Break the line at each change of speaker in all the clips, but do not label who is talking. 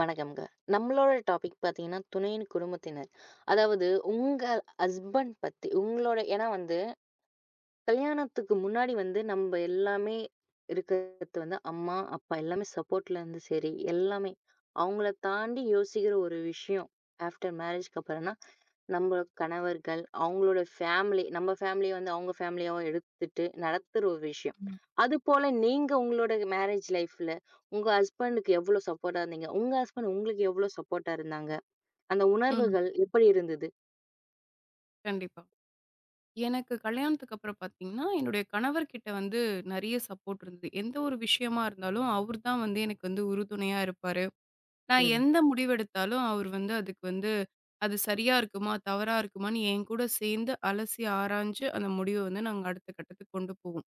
வணக்கம்ங்க. நம்மளோட டாபிக் பார்த்தீங்கன்னா, துணையின் குடும்பத்தினர். அதாவது உங்க ஹஸ்பண்ட் பத்தி உங்களோட ஏன்னா வந்து கல்யாணத்துக்கு முன்னாடி வந்து நம்ம எல்லாமே இருக்கிறது வந்து அம்மா, அப்பா எல்லாமே சப்போர்ட்ல இருந்து சரி, எல்லாமே. அவங்கள தாண்டி யோசிக்கிற ஒரு விஷயம் ஆஃப்டர் மேரேஜ்க்கு அப்புறம்னா, நம்ம கணவர்கள், அவங்களோட ஃபேமிலி, நம்ம ஃபேமிலிய வந்து அவங்க ஃபேமிலியாவா எடுத்துட்டு நடத்துற ஒரு விஷயம்.
ம்.
அதுபோல நீங்க உங்களோட மேரேஜ் லைஃப்ல உங்க ஹஸ்பண்டுக்கு எவ்ளோ சப்போர்ட்டா இருந்தீங்க? உங்க ஹஸ்பண்ட் உங்களுக்கு எவ்ளோ சப்போர்ட்டா இருந்தாங்க? அந்த
ம்.
உணர்வுகள் எப்படி இருந்தது?
கண்டிப்பா. எனக்கு கல்யாணத்துக்கு அப்புறம் பார்த்தீங்கன்னா, என்னுடைய கணவர்கிட்ட வந்து நெறைய சப்போர்ட் இருந்தது. எந்த ஒரு விஷயமா இருந்தாலும், அவர் தான் வந்து எனக்கு வந்து உறுதுணையா இருப்பாரு. நான்
ம்.
எந்த முடிவெடுத்தாலும் அவர் வந்து அதுக்கு வந்து அது சரியா இருக்குமா? தவறா இருக்குமான்னு என் கூட சேர்ந்து அலசி ஆராய்ஞ்சு, அந்த முடிவ வந்து நாங்க அடுத்த கட்டத்துக்கு கொண்டு போவோம்.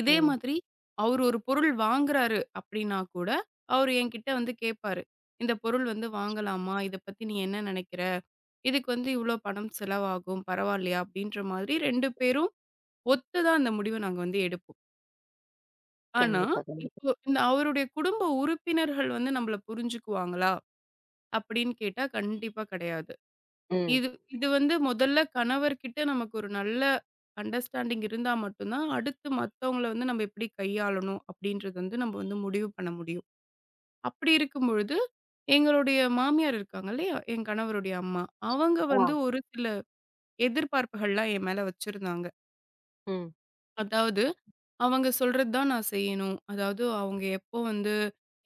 இதே
ம்.
மாதிரி அவர் ஒரு பொருள் வாங்குறாரு அப்படின்னா கூட, அவர் என்கிட்ட வந்து கேட்பாரு. "இந்த பொருள் வந்து வாங்கலாமா? இத பத்தி நீ என்ன நெனைக்கிற?" இதுக்கு வந்து இவ்ளோ பணம் செலவாகும், பரவாயில்லையா? அப்படின்ற மாதிரி 2 பேரும் ஒத்துதான் அந்த முடிவ நாங்க வந்து எடுப்போம். ஆனா,
கண்டிப்பா, கண்டிப்பா.
இப்போ இந்த அவருடைய குடும்ப உறுப்பினர்கள் வந்து நம்மள புரிஞ்சுக்குவாங்களா? அப்படின்னு கேட்டா கண்டிப்பா கிடையாது.
ம். ம்.
இது இது வந்து முதல்ல கணவர்கிட்ட நமக்கு ஒரு நல்ல அண்டர்ஸ்டாண்டிங் இருந்தா மட்டும் தான், அடுத்து மத்தவங்கள வந்து நம்ம எப்படி கையாளணும் அப்படின்றது வந்து நம்ம வந்து முடிவு பண்ண முடியும். அப்படி இருக்கும்பொழுது, எங்களுடைய மாமியார் இருக்காங்க இல்லையா? என் கணவருடைய அம்மா. அவங்க
ஆ.
வந்து ஒரு சில எதிர்பார்ப்புகள்லாம் என் மேல வச்சிருந்தாங்க.
ம்,
அதாவது அவங்க சொல்றது தான் நான் செய்யணும். அதாவது அவங்க எப்போ வந்து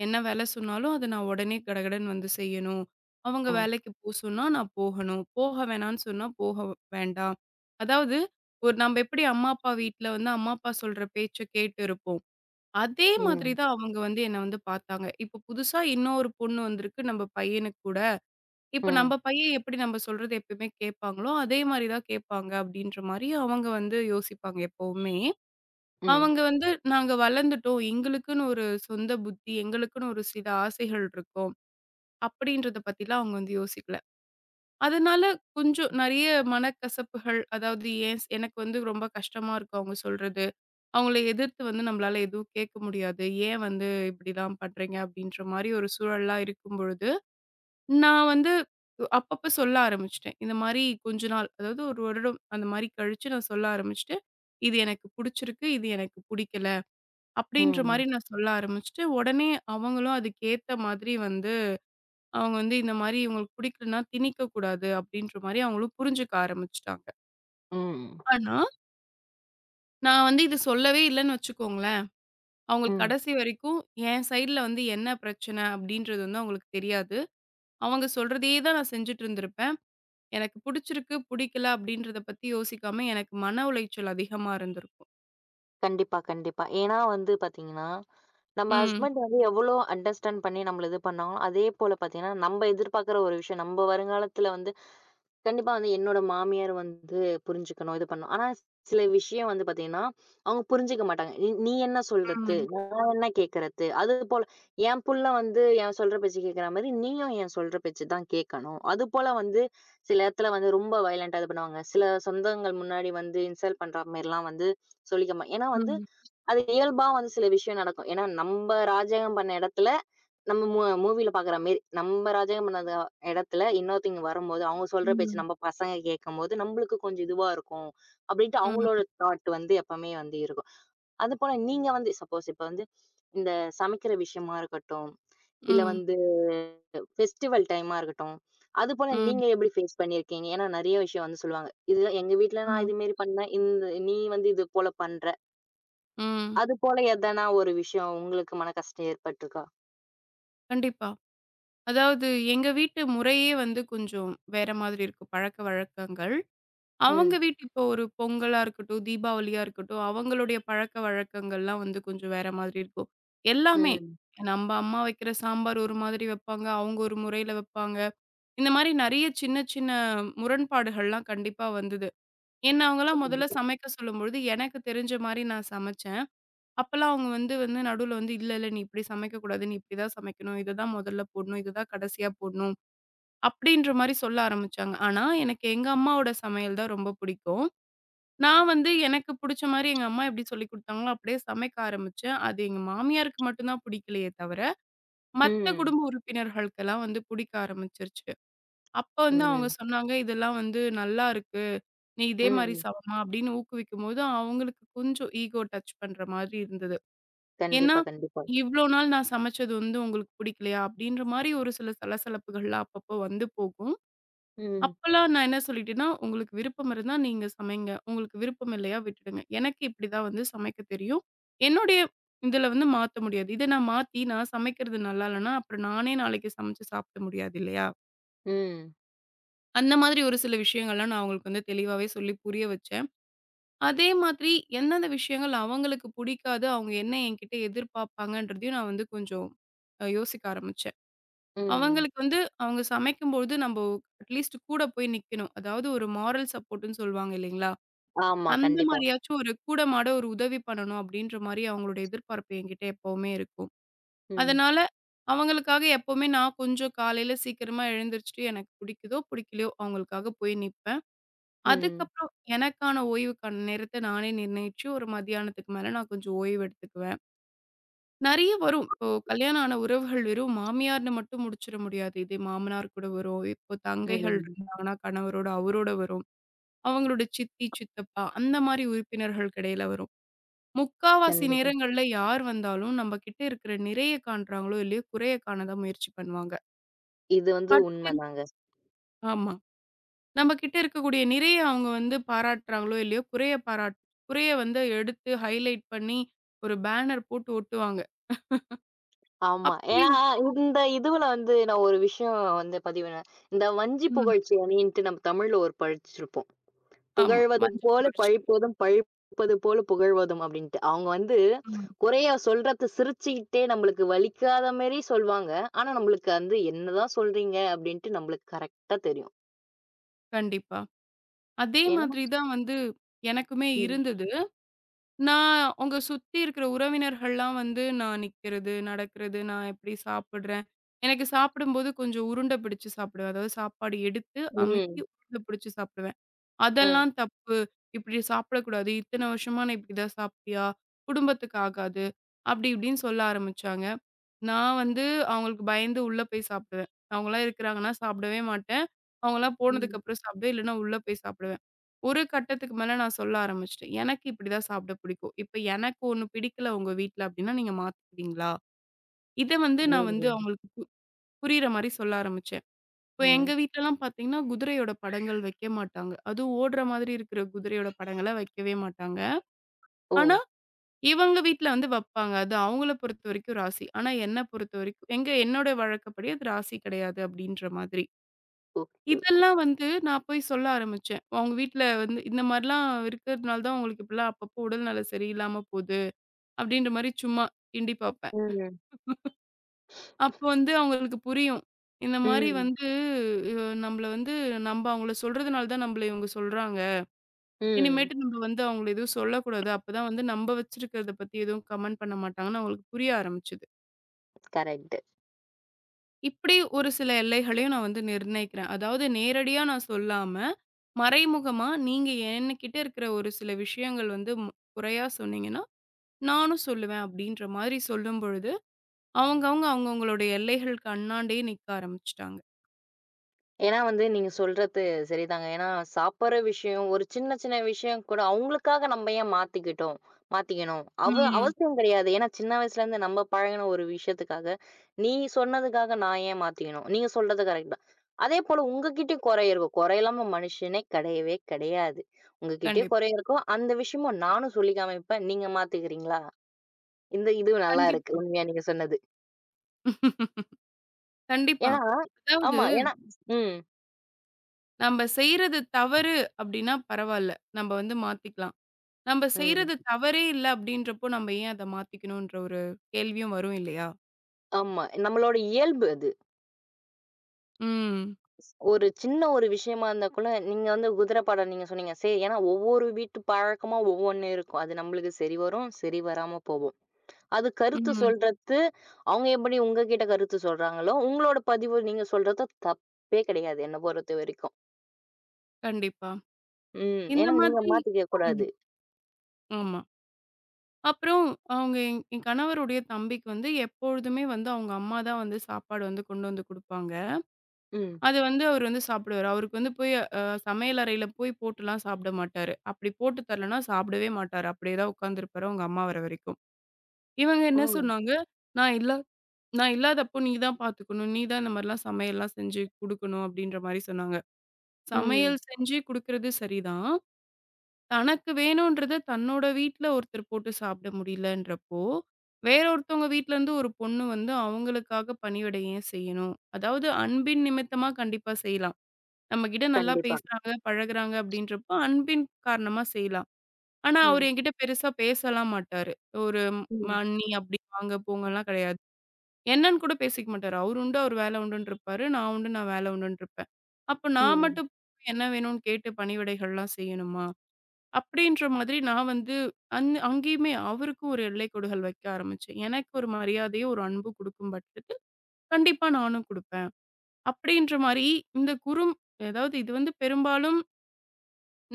என்ன வேலை சொன்னாலும், அத நான் உடனே கடகடன்னு வந்து செய்யணும். அவங்க
ம்.
வேலைக்கு போ சொன்னா, நான் போகணும். போக வேணான்னு சொன்னா, போக வேண்டாம். அதாவது ஒரு நம்ம எப்படி அம்மா, அப்பா வீட்ல வந்து அம்மா, அப்பா சொல்ற பேச்ச கேட்டு இருப்போம். அதே மாதிரி
ம்.
தான் அவங்க வந்து என்ன வந்து பார்த்தாங்க. இப்போ புதுசா இன்னொரு பொண்ணு வந்திருக்கு நம்ம பையனுக்கு கூட. இப்ப
ம்.
நம்ம பையன் எப்படி நம்ம சொல்றது எப்பயுமே கேட்பாங்களோ, அதே மாரி தான் கேட்பாங்க அப்படின்ற மாரி அவங்க வந்து யோசிப்பாங்க எப்பவுமே.
ம்.
அவங்க வந்து நாங்க வளர்ந்துட்டோம். எங்களுக்குன்னு ஒரு சொந்த புத்தி, எங்களுக்குன்னு ஒரு சில ஆசைகள் இருக்கும். அப்படின்றத பத்திலாம் அவங்க வந்து யோசிக்கல. அதனால கொஞ்சம் நெறைய மனக்கசப்புகள், அதாவது ஏன் எனக்கு வந்து ரொம்ப கஷ்டமா இருக்கும் அவங்க சொல்றது. அவங்கள எதிர்த்து வந்து நம்மளால எதுவும் கேட்க முடியாது. ஏன் வந்து இப்படிலாம் பண்றீங்க அப்படின்ற மாரி ஒரு சூழல்லாம் இருக்கும் பொழுது நான் வந்து அப்பப்ப சொல்ல ஆரம்பிச்சுட்டேன். இந்த மாரி கொஞ்ச நாள், அதாவது ஒரு வருடம் அந்த மாரி கழிச்சு நான் சொல்ல ஆரம்பிச்சுட்டு, "இது எனக்கு புடிச்சிருக்கு. இது எனக்கு புடிக்கல." அப்படின்ற
ம்.
மாரி நான் சொல்ல ஆரம்பிச்சுட்டு, உடனே அவங்களும் அதுக்கேத்த மாதிரி வந்து, அவங்க வந்து இந்த மாரி "இவங்களுக்கு புடிக்கலன்னா திணிக்கக்கூடாது." அப்படின்ற மாரி அவங்களும் புரிஞ்சுக்க ஆரம்பிச்சுட்டாங்க.
ம்.
ஆனா, நான் வந்து இது சொல்லவே இல்லன்னு வச்சுக்கோங்களேன், அவங்களுக்கு
ம்.
கடைசி வரைக்கும் என் சைடுல வந்து என்ன பிரச்சனை அப்படின்றது வந்து அவங்களுக்கு தெரியாது. அவங்க சொல்றதையே தான் நான் செஞ்சுட்டு இருந்திருப்பேன். எனக்கு புடிச்சிருக்கு, புடிக்கல அப்படின்றத பத்தி யோசிக்காம எனக்கு மன உளைச்சல் அதிகமா இருந்திருக்கும்.
கண்டிப்பா, கண்டிப்பா. ஏன்னா வந்து பார்த்தீங்கன்னா, நம்ம
ம்.
ஹஸ்பண்ட் வந்து எவ்வளோ அண்டர்ஸ்டாண்ட் பண்ணி நம்மள இது பண்ணாங்களோ, அதே போல பார்த்தீங்கன்னா, நம்ம எதிர்பார்க்குற ஒரு விஷயம், நம்ம வருங்காலத்தில வந்து கண்டிப்பா வந்து என்னோட மாமியார் வந்து புரிஞ்சுக்கணும், இது பண்ணணும். ஆனா சில விஷயம் வந்து பார்த்தீங்கன்னா, அவங்க புரிஞ்சுக்க மாட்டாங்க. "நீ நீ என்ன சொல்றது?
ம்.
என்ன கேட்கறது? அது போல என் புள்ள வந்து என் சொல்ற பேச்சு கேட்கிற மாரி, நீயும் என் சொல்ற பேச்சு தான் கேட்கணும். அது போல வந்து சில இடத்துல வந்து ரொம்ப வயலன்ட்டா இது பண்ணுவாங்க. சில சொந்தங்கள் முன்னாடி வந்து இன்சல்ட் பண்ற மாரிலாம் வந்து சொல்லிக்க மா ஏன்னா வந்து
ம்.
அது இயல்பா வந்து சில விஷயம் நடக்கும். ஏன்னா நம்ப ராஜகம் பண்ண இடத்துல, நம்ம மூவில பார்க்குற மாரி, நம்ப ராஜகம் பண்ண இடத்துல இன்னொருத்தங்க வரும்போது, அவங்க சொல்ற பேச்சு
ம்.
நம்ம பசங்க கேட்கும்போது, நம்மளுக்கு கொஞ்சம் இதுவா இருக்கும். அப்படின்ட்டு
ம்.
அவங்களோட தாட் வந்து எப்பவுமே வந்து இருக்கும். அது போல நீங்க வந்து சப்போஸ் இப்ப வந்து இந்த சமைக்கிற விஷயமா இருக்கட்டும், இல்ல
ம்.
வந்து ஃபெஸ்டிவல் டைமா இருக்கட்டும், அது போல
ம்.
நீங்க எப்படி ஃபேஸ் பண்ணியிருக்கீங்க? ஏன்னா நெறைய விஷயம் வந்து சொல்லுவாங்க. இது எங்க வீட்ல நான்
ம்.
இது மாரி பண்ணேன். இந்த நீ வந்து இது போல பண்ற.
ம்.
அது போல எதனா ஒரு விஷயம் உங்களுக்கு மன கஷ்டம் ஏற்பட்டுருக்கா?
கண்டிப்பா. அதாவது எங்க வீட்டு முறையே வந்து கொஞ்சம் வேற மாதிரி இருக்கு பழக்க வழக்கங்கள். அவங்க
ம்.
வீட்டு இப்போ ஒரு பொங்கலா இருக்கட்டும், தீபாவளியா இருக்கட்டும், அவங்களுடைய பழக்க வழக்கங்கள்லாம் வந்து கொஞ்சம் வேற மாதிரி இருக்கும். எல்லாமே.
ம்.
நம்ப அம்மா வைக்கிற சாம்பார் ஒரு மாதிரி வைப்பாங்க. அவங்க ஒரு முறையில வைப்பாங்க. இந்த மாரி நெறைய சின்ன, சின்ன முரண்பாடுகள்லாம் கண்டிப்பா வந்தது. என்ன அவங்கலாம் முதல்ல
கண்டிப்பா.
சமைக்க சொல்லும்பொழுது, எனக்கு தெரிஞ்ச மாரி நான் சமைச்சேன். அப்பலாம் அவங்க வந்து வந்து நடுவுல வந்து, "இல்ல, இல்ல நீ இப்படி சமைக்கக்கூடாது. நீ இப்படி தான் சமைக்கணும். இத தான் முதல்ல போடணும். இத தான் கடைசியா போடணும்." அப்படின்ற மாரி சொல்ல ஆரம்பிச்சாங்க. ஆனா, எனக்கு எங்க அம்மாவோட சமையல் தான் ரொம்ப புடிக்கும். நான் வந்து எனக்கு புடிச்ச மாரி எங்க அம்மா எப்படி சொல்லிக் குடுத்தாங்களோ, அப்படியே சமைக்க ஆரம்பிச்சேன். அது எங்க மாமியாருக்கு மட்டும் தான் புடிக்கலையே தவிர, மத்த
ம்.
குடும்ப உறுப்பினர்களுக்கெல்லாம் வந்து புடிக்க ஆரம்பிச்சுருச்சு. அப்ப வந்து அவங்க
ம்.
சொன்னாங்க, "இதெல்லாம் வந்து நல்லாருக்கு. நீ இதே மாரி
ம்.
சமமா" அப்படின்னு ஊக்குவிக்கும்போது, அவங்களுக்கு கொஞ்சம் ஈகோ டச் பண்ற மாதிரி இருந்தது. ஏன்னா,
கண்டிப்பா, கண்டிப்பா.
"இவ்ளோ நாள் நான் சமைச்சது வந்து உங்களுக்கு பிடிக்கலையா?" அப்படின்ற மாரி ஒரு சில சலசலப்புகள்லாம் அப்பப்போ வந்து போகும்.
ம்.
அப்பலாம் நான் என்ன சொல்லிட்டேன்னா, "உங்களுக்கு விருப்பம் இருந்தா நீங்க சமைங்க. உங்களுக்கு விருப்பம் இல்லையா விட்டுடுங்க. எனக்கு இப்படிதான் வந்து சமைக்க தெரியும். என்னுடைய இதுல வந்து மாத்த முடியாது. இத நான் மாத்தி நான் சமைக்கிறது நல்லா இல்லன்னா, அப்புறம் நானே நாளைக்கு சமைச்சு சாப்பிட முடியாது இல்லையா?"
ம்.
அந்த மாதிரி ஒரு சில விஷயங்கள்லாம் நான் அவங்களுக்கு வந்து தெளிவாவே சொல்லி புரிய வச்சேன். அதே மாதிரி எந்தெந்த விஷயங்கள் அவங்களுக்கு புடிக்காது, அவங்க என்ன என்கிட்ட எதிர்பார்ப்பாங்கன்றதையும் நான் வந்து கொஞ்சம் யோசிக்க ஆரம்பிச்சேன்.
ம்.
அவங்களுக்கு வந்து அவங்க சமைக்கும்பொழுது நம்போ அட்லீஸ்ட் கூட போய் நிக்கணும். அதாவது ஒரு மாரல் சப்போர்ட்ன்னு சொல்லுவாங்க இல்லைங்களா?
ஆமா.
அந்த
கண்டிப்பா.
மாரியாச்சும் ஒரு கூட மாட ஒரு உதவி பண்ணணும் அப்டின்ற மாரி அவங்களோட எதிர்பார்ப்பு என்கிட்ட எப்பவுமே இருக்கும்.
ம்.
அதனால அவங்களுக்காக எப்பவுமே நான் கொஞ்சம் காலையில சீக்கிரமா எழுந்திரிச்சுட்டு எனக்கு புடிக்குதோ, புடிக்கலையோ அவங்களுக்காக போய் நிப்பேன்.
ம்.
அதுக்கப்புறம் எனக்கான ஓய்வுக்கான நேரத்த நானே நிர்ணயிச்சு, ஒரு மதியானத்துக்கு மேல நான் கொஞ்சம் ஓய்வு எடுத்துக்குவேன். நெறைய வரும். இப்போ கல்யாணம் ஆன உறவுகள் வெறும் மாமியார்ன்னு மட்டும் முடிச்சிட முடியாது. இதே மாமனார் கூட வரும். இப்போ தங்கைகள்
ம்.
இருந்தாங்கன்னா, கணவரோட அவரோட வரும். அவங்களோட சித்தி, சித்தப்பா அந்த மாரி உறுப்பினர்களுக்கு இடையில வரும். முக்காவாசி
கண்டிப்பா.
நேரங்கள்ல யார் வந்தாலும், நம்ம கிட்ட இருக்கிற நிறைய காண்றாங்களோ, இல்லையோ குறைய காண தான் முயற்சி பண்ணுவாங்க.
இது வந்து
பட்டுன்னு
உண்மதாங்க.
ஆமா. நம்ம கிட்ட இருக்கக்கூடிய நிறைய அவங்க வந்து பாராட்டுறாங்களோ! இல்லையோ! குறைய வந்து எடுத்து ஹைலைட் பண்ணி ஒரு பேனர் போட்டு ஒட்டுவாங்க.
ஆமா. ஏன்னா,
அப்படியும்
இந்த இதுவுல வந்து நான் ஒரு விஷயம் வந்து பதிவிடுறேன். இந்த வஞ்சி
ம்.
புகழ்ச்சி அணின்ட்டு நம்ம தமிழ்ல ஒரு படிச்சிருப்போம்.
ஆமா.
புகழ்வது
மஞ்ச
போல
புரட்சி.
பழிப்போதும், பழிப்பது போல புகழ்வதும் அப்டின்ட்டு. அவங்க வந்து
ம்.
குறைய சொல்றத சிரிச்சுக்கிட்டே நம்மளுக்கு வலிக்காத மாரி சொல்வாங்க. ஆனா, நம்மளுக்கு வந்து என்னதான் சொல்றீங்க அப்டின்ட்டு நம்மளுக்கு கரெக்ட்டா தெரியும்.
கண்டிப்பா. அதே
ஏன்னா
மாதிரி தான் வந்து எனக்குமே
ம்.
இருந்தது. நான் உங்க சுத்தி இருக்கிற உறவினர்கள்லாம் வந்து நான் நிக்கிறது, நடக்கிறது, நான் எப்படி சாப்பிடுறேன். எனக்கு சாப்பிடும்போது கொஞ்சம் உருண்டை பிடிச்சு சாப்பிடுவேன். அதாவது சாப்பாடு எடுத்து, அமுக்கி
ம்.
உருண்டை பிடிச்சு சாப்பிடுவேன்.
ம்.
அதெல்லாம் தப்பு. இப்படி சாப்பிடக்கூடாது. இத்தனை வருஷமா நான் இப்படிதான் சாப்பிட்டியா? குடும்பத்துக்கு ஆகாது. அப்படி இப்படின்னு சொல்ல ஆரம்பிச்சாங்க. நான் வந்து அவங்களுக்கு பயந்து உள்ள போய் சாப்பிடுவேன். அவங்கலாம் இருக்கிறாங்கன்னா சாப்பிடவே மாட்டேன். அவங்கலாம்
ம்.
போனதுக்கப்புறம் சாப்பிடுவேன். இல்லைன்னா உள்ள போய் சாப்பிடுவேன். ஒரு கட்டத்துக்கு மேல நான் சொல்ல ஆரம்பிச்சுட்டேன். எனக்கு இப்படிதான் சாப்பிட பிடிக்கும். இப்ப எனக்கு ஒண்ணு பிடிக்கல உங்க வீட்ல அப்படின்னா நீங்க மாத்திக்கிறீங்களா? இத வந்து நான் வந்து
ம்.
அவங்களுக்கு புரியிற மாரி சொல்ல ஆரம்பிச்சேன். இப்ப எங்க
ம்.
வீட்லலாம் பார்த்தீங்கன்னா, குதிரையோட படங்கள் வைக்க மாட்டாங்க. அதுவும் ஓடுற மாதிரி இருக்கிற குதிரையோட படங்கள வைக்கவே மாட்டாங்க.
ஓ!
ஆனா, இவங்க வீட்ல வந்து வப்பாங்க. அது அவங்கள பொறுத்தவரைக்கும் ராசி. ஆனா, என்ன பொறுத்தவரைக்கும் எங்க என்னோட வழக்கப்படி அது ராசி கிடையாது அப்டின்ற மாதிரி.
ஓகே.
இதெல்லாம் வந்து நான் போய் சொல்ல ஆரம்பிச்சேன். அவங்க வீட்ல வந்து இந்த மாரிலாம் இருக்கிறதுனால தான் உங்களுக்கு இப்படிலாம் அப்பப்போ உடல்நல சரியில்லாம போது. அப்டின்ற மாரி சும்மா கிண்டி பார்ப்பேன்.
ம்.
அப்போ வந்து அவங்களுக்கு புரியும். இந்த மாரி
ம்.
வந்து நம்மள வந்து நம்ப அவங்கள சொல்றதுனால தான் நம்பள இவங்க சொல்றாங்க.
ம்.
இனிமேட்டு நம்ம வந்து அவங்கள எதுவும் சொல்லக்கூடாது. அப்பதான் வந்து நம்ப வச்சிருக்கிறத பத்தி எதுவும் கமெண்ட் பண்ண மாட்டாங்கன்னு அவங்களுக்கு புரிய ஆரம்பிச்சது.
கரெக்ட்டு.
இப்படி ஒரு சில எல்லைகளையும் நான் வந்து நிர்ணயிக்கிறேன். அதாவது நேரடியா நான் சொல்லாம, மறைமுகமா நீங்க என்கிட்ட இருக்கிற ஒரு சில விஷயங்கள் வந்து ம் குறையா சொன்னீங்கன்னா, நானும் சொல்லுவேன் அப்படின்ற மாதிரி சொல்லும் பொழுது, அவங்க அவங்க அவங்கவங்களுடைய எல்லைகளுக்கு அண்ணாண்டயே நிக்க ஆரம்பிச்சுட்டாங்க.
ஏன்னா வந்து நீங்க சொல்றது சரிதாங்க. ஏன்னா சாப்பிடுற விஷயம், ஒரு சின்ன சின்ன விஷயம் கூட அவங்களுக்காக நம்ம ஏன் மாத்திக்கிட்டோம் மாத்திக்கணும். அவ
ம்.
அவசியம் கிடையாது. ஏன்னா சின்ன வயசுல இருந்து நம்ம பழகுன ஒரு விஷயத்துக்காக, நீ சொன்னதுக்காக நான் ஏன் மாத்திக்கணும்? நீங்க சொல்றது கரெக்ட் தான். அதே போல உங்ககிட்டயும் குறை இருக்கும். குறை இல்லாம மனுஷனே கிடையவே கிடையாது. உங்ககிட்டயும்
கண்டிப்பா,
குறை இருக்கும். அந்த விஷயமும் நானும் சொல்லி காமிப்பேன். நீங்க மாத்திக்கிறீங்களா? இந்த இது நல்லா இருக்கு.
கண்டிப்பா.
உண்மையா நீங்க சொன்னது.
கண்டிப்பா.
ஏன்னா
அதாவது
ஆமா. ஏன்னா ம்,
நம்ம செய்றது தவறு அப்படின்னா பரவால்ல. நம்ம வந்து மாத்திக்கலாம். நம்ம
ம்.
செய்றது தவறே இல்ல அப்படின்றப்போ, நம்ம ஏன் அத மாத்திக்கணுன்ற ஒரு கேள்வியும் வரும் இல்லையா?
ஆமா. நம்மளோட இயல்பு அது.
ம்.
ஒரு சின்ன ஒரு விஷயமா இருந்தா கூட, நீங்க வந்து குதிரை பாடல் நீங்க சொன்னீங்க. சரி ஏன்னா ஒவ்வொரு வீட்டு பழக்கமா ஒவ்வொன்னு இருக்கும். அது நம்மளுக்கு சரி வரும், சரி வராம போகும். அது கருத்து
ம்.
சொல்றது, அவங்க எப்படி உங்ககிட்ட கருத்து சொல்றாங்களோ, உங்களோட பதிவு நீங்க சொல்றது தப்பே கிடையாது, என்ன பொறுத்தவரைக்கும்.
கண்டிப்பா.
ம்.
இந்த
ஏன்னா நீங்க
மாதிரி
மாத்திக்க
ம்.
கூடாது.
ஆமா. அப்புறம் அவங்க என் என் கணவருடைய தம்பிக்கு வந்து எப்பொழுதுமே வந்து அவங்க அம்மா தான் வந்து சாப்பாடு வந்து கொண்டு வந்து குடுப்பாங்க.
ம்.
அது வந்து அவரு வந்து சாப்பிடுவாரு. அவருக்கு வந்து போய் அ சமையல் அறையில போய் போட்டுலாம் சாப்பிட மாட்டாரு. அப்படி போட்டு தரலன்னா சாப்பிடவே மாட்டாரு. அப்படியே தான் உட்கார்ந்திருப்பாரு அவங்க அம்மா வர வரைக்கும். இவங்க என்ன
ம்.
சொன்னாங்க, "நான் இல்ல நான் இல்லாதப்போ நீ தான் பார்த்துக்கணும். நீ தான் இந்த மாரிலாம் சமையல்லாம் செஞ்சு குடுக்கணும் அப்டின்ற மாரி சொன்னாங்க.
ம்.
சமையல் செஞ்சு குடுக்குறது சரிதான். தனக்கு வேணுன்றத தன்னோட வீட்ல ஒருத்தர் போட்டு சாப்பிட முடியலன்றப்போ, வேற ஒருத்தவங்க வீட்லருந்து ஒரு பொண்ணு வந்து அவங்களுக்காக பணிவிடை ஏன் செய்யணும்? அதாவது அன்பின் நிமித்தமா கண்டிப்பா செய்யலாம். நம்மகிட்ட நல்லா
கண்டிப்பா.
பேசுறாங்க, பழகுறாங்க அப்டின்றப்போ அன்பின் காரணமா செய்யலாம். ஆனா அவரு
ம்.
என்கிட்ட பெருசா பேசலாம் மாட்டாரு. ஒரு ம்
ம்.
அண்ணி அப்டி வாங்க போங்கலாம் கிடையாது. என்னன்னு கூட பேசிக்க மாட்டாரு. அவரு உண்டு, அவரு வேலை உண்டுன்னு இருப்பாரு. நான் உண்டு, நான் வேலை உண்டுன்னு இருப்பேன். அப்ப நான்
ம்.
மட்டும் போய் என்ன வேணும்னு கேட்டு பணிவிடைகள்லாம் செய்யணுமா? அப்படின்ற மாதிரி நான் வந்து அங்கேயுமே அவருக்கும் ஒரு எல்லைக்கோடுகள் வைக்க ஆரம்பிச்சேன். எனக்கு ஒரு மரியாதையும், ஒரு அன்பும் குடுக்கும் பட்சத்தில், கண்டிப்பா நானும் குடுப்பேன். அப்படின்ற மாரி இந்த அதாவது இது வந்து பெரும்பாலும்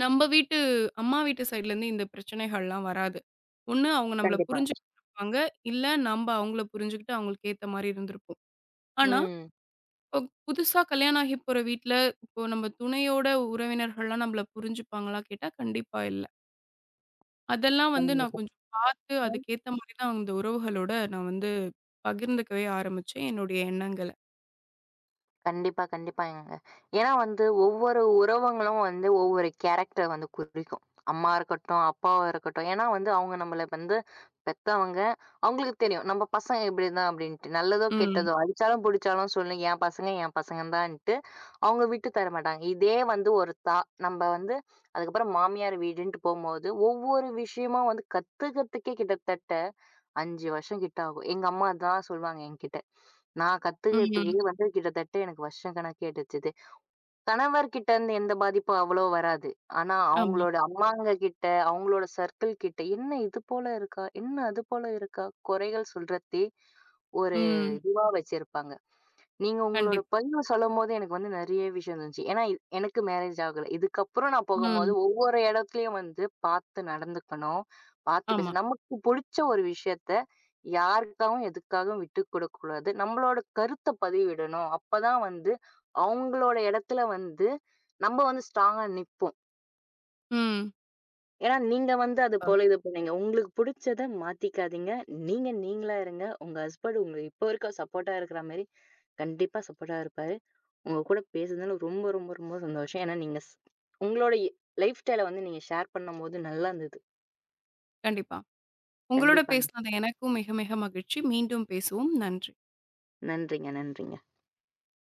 நம்ப வீட்டு அம்மா வீட்டு சைட்லேருந்து இந்த பிரச்சனைகள்லாம் வராது. ஒண்ணு அவங்க நம்மள
கண்டிப்பா.
புரிஞ்சுக்கிட்டு இருப்பாங்க. இல்ல நம்ப அவங்கள புரிஞ்சுகிட்டு அவங்களுக்கு ஏத்த மாரி இருந்திருப்போம். ஆனா
ம்.
இப்போ புதுசா கல்யாணம் ஆகி போற வீட்ல, இப்போ நம்ம துணையோட உறவினர்கள்லாம் நம்மள புரிஞ்சுப்பாங்களா கேட்டா, கண்டிப்பா இல்ல. அதெல்லாம் வந்து நான்
கண்டிப்பா.
கொஞ்சம் பார்த்து அதுக்கேத்த மாரி தான் அந்த உறவுகளோட நான் வந்து பகிர்ந்துக்கவே ஆரம்பிச்சேன், என்னுடைய எண்ணங்கள.
கண்டிப்பா, கண்டிப்பாங்க. ஏன்னா வந்து ஒவ்வொரு உறவுங்களும் வந்து ஒவ்வொரு கேரக்டர வந்து குறிக்கும். அம்மா இருக்கட்டும், அப்பாவா இருக்கட்டும். ஏன்னா வந்து அவங்க நம்மள வந்து பெத்தவங்க. அவங்களுக்கு தெரியும். நம்ம பசங்க இப்படிதான் அப்படின்ட்டு. நல்லதோ,
ம்.
கெட்டதோ அடிச்சாலும், புடிச்சாலும் சொல்லு என் பசங்க, என் பசங்கதான்ட்டு அவங்க விட்டு தர மாட்டாங்க. இதே வந்து ஒரு தா நம்ம வந்து அதுக்கப்புறம் மாமியார் வீடுன்ட்டு போம்போது, ஒவ்வொரு விஷயமும் வந்து கத்துக்கிறதுக்கே கிட்டத்தட்ட 5 வருஷம் கிட்ட ஆகும். எங்க அம்மா அதான் சொல்லுவாங்க என்கிட்ட. நான்
ம்.
கத்துக்கிறதுக்கே வந்து கிட்டத்தட்ட எனக்கு வருஷம் கணக்கே எடுத்தது. கணவர்கிட்ட இருந்து எந்த பாதிப்பும் அவ்வளோ வராது. ஆனா
ஆமா.
அவங்களோட அம்மாங்க கிட்ட, அவங்களோட சர்க்கிள் கிட்ட, "என்ன இது போல இருக்கா? என்ன அது போல இருக்கா?" குறைகள் சொல்றதே ஒரு
ம்.
இதுவா வச்சிருப்பாங்க. நீங்க உங்களோட
கண்டிப்பா.
பதிவு சொல்லும்போது எனக்கு வந்து நெறைய விஷயம் இருந்துச்சு. ஏன்னா, எனக்கு மேரேஜ் ஆகல. இதுக்கப்புறம் நான் போகும்போது
ம்.
ஒவ்வொரு இடத்துலயும் வந்து பார்த்து நடந்துக்கணும். பார்த்து
ஆமா.
பேசணும். நமக்கு புடிச்ச ஒரு விஷயத்த யாருக்காகவும், எதுக்காகவும் விட்டுக் குடுக்கக்கூடாது. நம்மளோட கருத்த பதிவிடணும். அப்பதான் வந்து அவங்களோட இடத்துல வந்து நம்ம வந்து ஸ்ட்ராங்கா நிப்போம்.
ம்.
ஏன்னா, நீங்க வந்து அது போல இது பண்ணீங்க. உங்களுக்கு புடிச்சத மாத்திக்காதீங்க. நீங்க நீங்களா இருங்க. உங்க ஹஸ்பண்ட் உங்களுக்கு இப்போ வரைக்கும் சப்போர்ட்டா இருக்கிற மாரி, கண்டிப்பா சப்போர்ட்டா இருப்பாரு. உங்க கூட பேசுனதுல ரொம்ப, ரொம்ப, ரொம்ப சந்தோஷம். ஏன்னா, நீங்க உங்களோட லைஃப் ஸ்டைல வந்து நீங்க ஷேர் பண்ணும்போது நல்லா இருந்தது.
கண்டிப்பா. உங்களோட
கண்டிப்பாங்க.
பேசினது எனக்கும் மிக மிக மகிழ்ச்சி. மீண்டும் பேசுவோம். நன்றி.
நன்றிங்க, நன்றிங்க.